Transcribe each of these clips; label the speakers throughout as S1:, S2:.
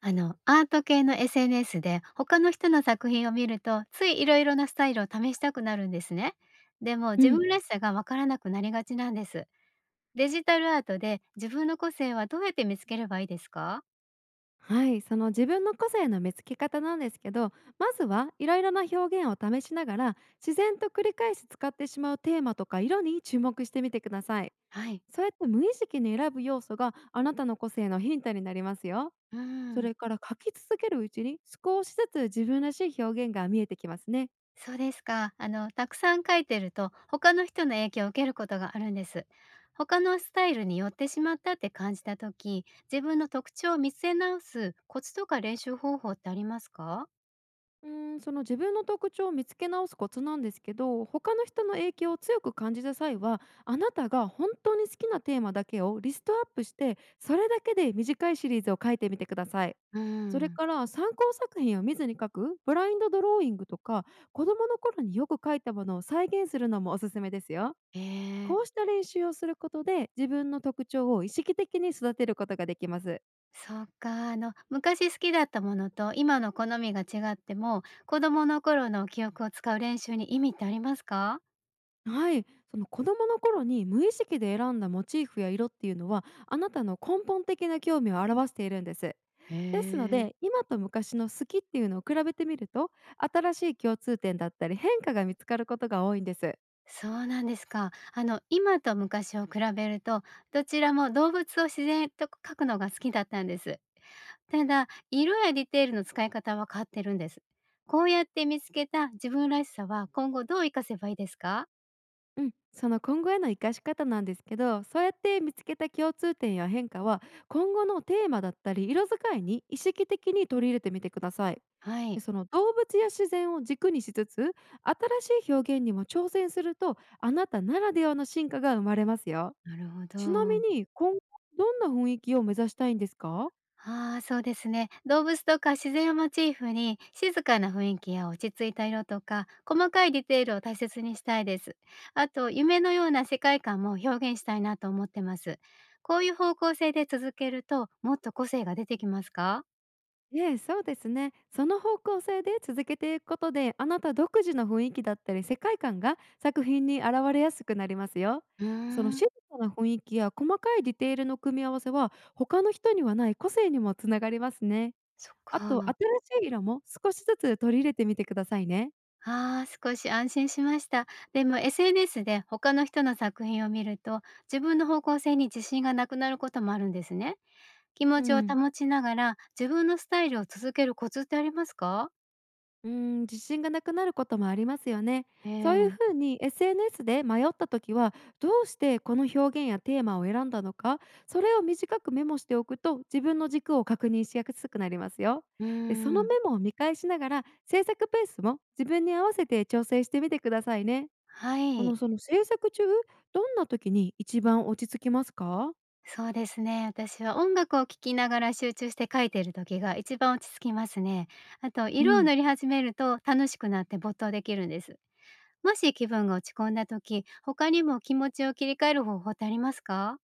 S1: アート系の SNS で他の人の作品を見ると、ついいろいろなスタイルを試したくなるんですね。でも
S2: う
S1: 自
S2: ん、
S1: 分らしさがわからなくなりがちなんです。デジタルアートで自分の個性はどうやって見つければいいですか？
S2: はい、その自分の個性の見つけ方なんですけど、まずはいろいろな表現を試しながら、自然と繰り返し使ってしまうテーマとか色に注目してみてください。
S1: はい。
S2: そうやって無意識に選ぶ要素があなたの個性のヒントになりますよ。
S1: う
S2: それ
S1: ん。
S2: から書き続けるうちに少しずつ自分らしい表現が見えてきますね。
S1: そうですか。たくさん描いてると他の人の影響を受けることがあるんです。他のスタイルに寄ってしまったって感じた時、自分の特徴を見つけ直すコツとか練習方法ってありますか？
S2: うーん、その自分の特徴を見つけ直すコツなんですけど、他の人の影響を強く感じた際は、あなたが本当に好きなテーマだけをリストアップして、それだけで短いシリーズを書いてみてください。
S1: うー
S2: それ
S1: ん。
S2: から参考作品を見ずに書くブラインドドローイングとか、子どもの頃によく書いたものを再現するのもおすすめですよ。
S1: え
S2: こうし
S1: え。
S2: た練習をすることで自分の特徴を意識的に育てることができます。
S1: そっか、昔好きだったものと今の好みが違っても、子供の頃の記憶を使う練習に意味ってありますか？
S2: はい、その子供の頃に無意識で選んだモチーフや色っていうのはあなたの根本的な興味を表しているんです。
S1: へ
S2: ですの
S1: え。
S2: で今と昔の好きっていうのを比べてみると、新しい共通点だったり変化が見つかることが多いんです。
S1: そうなんですか。今と昔を比べると、どちらも動物を自然と描くのが好きだったんです。ただ、色やディテールの使い方は変わってるんです。こうやって見つけた自分らしさは、今後どう活かせばいいですか？
S2: うん、その今後への生かし方なんですけど、そうやって見つけた共通点や変化は、今後のテーマだったり色使いに意識的に取り入れてみてください。
S1: は
S2: で、
S1: い。
S2: その動物や自然を軸にしつつ、新しい表現にも挑戦するとあなたならではの進化が生まれますよ。
S1: なるほ
S2: ちなみ
S1: ど。
S2: に今後どんな雰囲気を目指したいんですか？
S1: ああ、そうですね。動物とか自然をモチーフに、静かな雰囲気や落ち着いた色とか、細かいディテールを大切にしたいです。あと、夢のような世界観も表現したいなと思ってます。こういう方向性で続けると、もっと個性が出てきますか？
S2: ええ、そうですね。その方向性で続けていくことで、あなた独自の雰囲気だったり世界観が作品に現れやすくなりますよ。
S1: うー
S2: その
S1: ん、
S2: 静かな雰囲気や細かいディテールの組み合わせは、他の人にはない個性にもつながりますね。
S1: そっ
S2: あと、新
S1: か。
S2: しい色も少しずつ取り入れてみてくださいね。
S1: ああ、少し安心しました。でも SNS で他の人の作品を見ると、自分の方向性に自信がなくなることもあるんですね。気持
S2: う
S1: ちを
S2: ん。
S1: 保ちながら、自分のスタイルを続けるコツってありますか？
S2: うーん、自信がなくなることもありますよね。
S1: え
S2: そういう
S1: え。
S2: ふうに SNS で迷った時は、どうしてこの表現やテーマを選んだのか、それを短くメモしておくと自分の軸を確認しやすくなりますよ。
S1: うー
S2: で、その
S1: ん、
S2: メモを見返しながら制作ペースも自分に合わせて調整してみてくださいね。
S1: はい、
S2: その制作中、どんな時に一番落ち着きますか？
S1: そうですね。私は音楽を聴きながら集中して書いてる時が一番落ち着きますね。あと
S2: う
S1: 色を
S2: ん
S1: 塗り始めると楽しくなって没頭できるんです。もし気分が落ち込んだ時、他にも気持ちを切り替える方法ってありますか？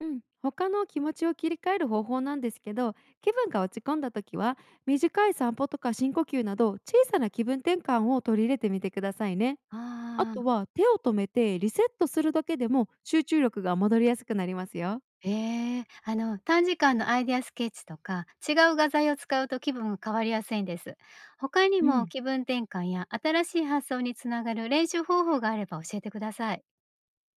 S2: うん、他の気持ちを切り替える方法なんですけど、気分が落ち込んだ時は、短い散歩とか深呼吸など小さな気分転換を取り入れてみてくださいね。あ
S1: あ
S2: と
S1: あ。
S2: は手を止めてリセットするだけでも集中力が戻りやすくなりますよ。
S1: ええ、短時間のアイデアスケッチとか、違う画材を使うと気分が変わりやすいんです。他に
S2: う
S1: も
S2: ん。
S1: 気分転換や新しい発想につながる練習方法があれば教えてください。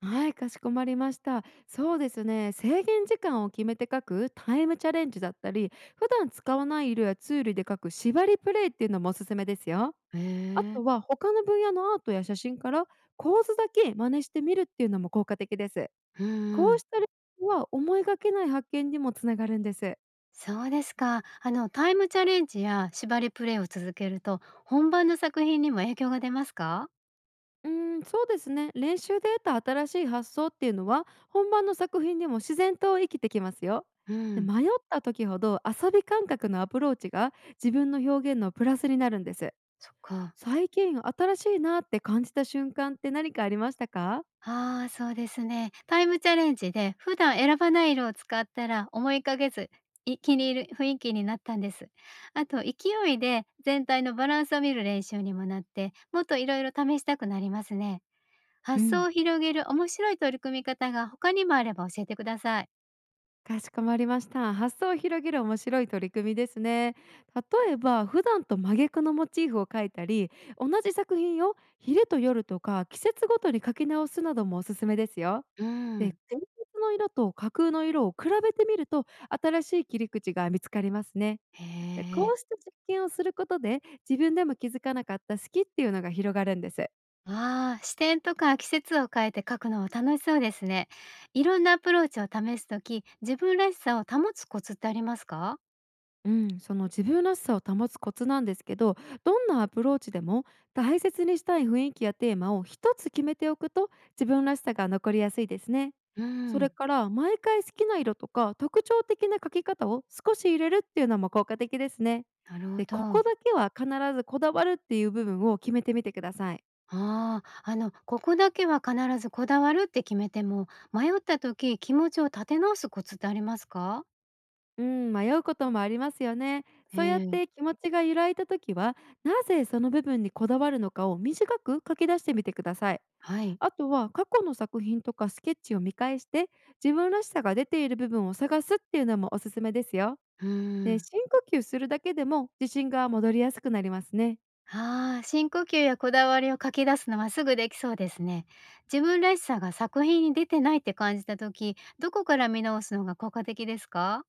S2: はい、かしこまりました。そうですね、制限時間を決めて書くタイムチャレンジだったり、普段使わない色やツールで書く縛りプレイっていうのもおすすめですよ。
S1: へ
S2: あ
S1: え、
S2: とは他の分野のアートや写真から構図だけ真似してみるっていうのも効果的です。
S1: うんう
S2: こう
S1: ん。
S2: した練習は思いがけない発見にもつながるんです。
S1: そうですか。あのタイムチャレンジや縛りプレイを続けると、本番の作品にも影響が出ますか？
S2: うーん、そうですね。練習で得た新しい発想っていうのは本番の作品にも自然と生きてきますよ。
S1: う
S2: で、
S1: ん、
S2: 迷った時ほど遊び感覚のアプローチが自分の表現のプラスになるんです。
S1: そっか。
S2: 最近新しいなって感じた瞬間って何かありましたか？
S1: ああ、そうですね。タイムチャレンジで普段選ばない色を使ったら思いかけず、い気に入る雰囲気になったんです。あと勢いで全体のバランスを見る練習にもなって、もっといろいろ試したくなりますね。
S2: う
S1: 発想
S2: ん。
S1: を広げる面白い取り組み方が他にもあれば教えてください。
S2: かしこまりました。発想を広げる面白い取り組みですね。例えば普段と真逆のモチーフを描いたり、同じ作品を昼と夜とか季節ごとに描き直すなどもおすすめですよ。
S1: う
S2: で、
S1: ん。
S2: 前日の色と架空の色を比べてみると新しい切り口が見つかりますね。
S1: へ
S2: で、こ
S1: え。
S2: うした実験をすることで自分でも気づかなかった好きっていうのが広がるんです。
S1: ああ、視点とか季節を変えて描くのは楽しそうですね。いろんなアプローチを試すとき、自分らしさを保つコツってありますか？
S2: うん、その自分らしさを保つコツなんですけど、どんなアプローチでも大切にしたい雰囲気やテーマを一つ決めておくと自分らしさが残りやすいですね。
S1: う
S2: それ
S1: ん。
S2: から毎回好きな色とか特徴的な描き方を少し入れるっていうのも効果的ですね。
S1: なるほ
S2: で、こ
S1: ど。
S2: こだけは必ずこだわるっていう部分を決めてみてください。
S1: ああ、ここだけは必ずこだわるって決めても、迷った時、気持ちを立て直すコツってありますか？
S2: うん、迷うこともありますよね。
S1: え
S2: そうやっ
S1: え、
S2: て気持ちが揺らいだ時は、なぜその部分にこだわるのかを短く書き出してみてください。
S1: はい。
S2: あとは過去の作品とかスケッチを見返して、自分らしさが出ている部分を探すっていうのもおすすめですよ。
S1: うー
S2: で、
S1: ん。
S2: 深呼吸するだけでも自信が戻りやすくなりますね。
S1: ああ、深呼吸やこだわりを書き出すのはすぐできそうですね。自分らしさが作品に出てないって感じた時、どこから見直すのが効果的ですか？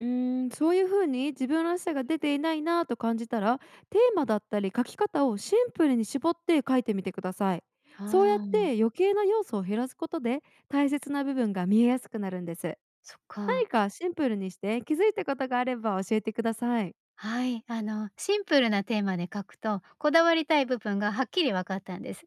S2: うーん、そういうふうに自分らしさが出ていないなぁと感じたら、テーマだったり書き方をシンプルに絞って書いてみてください。そうやっ
S1: ああ
S2: て
S1: ー、
S2: 余計な要素を減らすことで大切な部分が見えやすくなるんです。
S1: そっか。
S2: 何かシンプルにして気づいたことがあれば教えてください。
S1: はい、あのシンプルなテーマで書くとこだわりたい部分がはっきり分かったんです。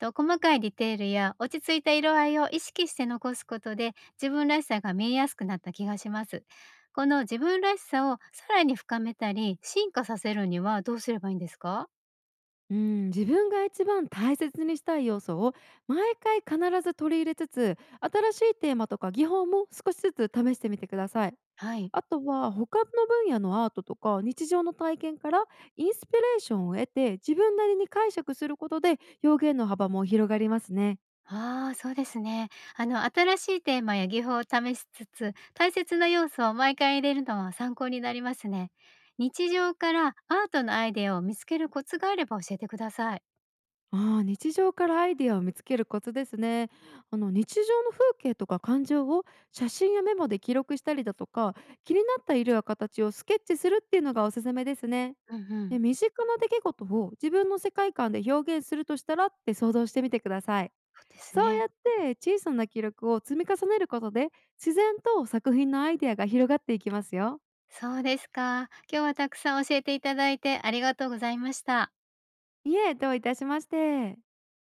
S1: あと細かいディテールや落ち着いた色合いを意識して残すことで自分らしさが見えやすくなった気がします。この自分らしさをさらに深めたり進化させるにはどうすればいいんですか？
S2: うん、自分が一番大切にしたい要素を毎回必ず取り入れつつ、新しいテーマとか技法も少しずつ試してみてください。
S1: はい。
S2: あとは他の分野のアートとか日常の体験からインスピレーションを得て、自分なりに解釈することで表現の幅も広がりますね。
S1: ああ、そうですね。新しいテーマや技法を試しつつ、大切な要素を毎回入れるのは参考になりますね。日常からアートのアイデアを見つけるコツがあれば教えてください。
S2: ああ、日常からアイディアを見つけるコツですね。あの日常の風景とか感情を写真やメモで記録したりだとか、気になった色や形をスケッチするっていうのがおすすめですね。
S1: うんう
S2: で、
S1: ん。
S2: 身近な出来事を自分の世界観で表現するとしたらって想像してみてください。
S1: そうです
S2: そうや
S1: ね。
S2: って小さな記録を積み重ねることで、自然と作品のアイディアが広がっていきますよ。
S1: そうですか。今日はたくさん教えていただいてありがとうございました。
S2: いえ、どういたしまして。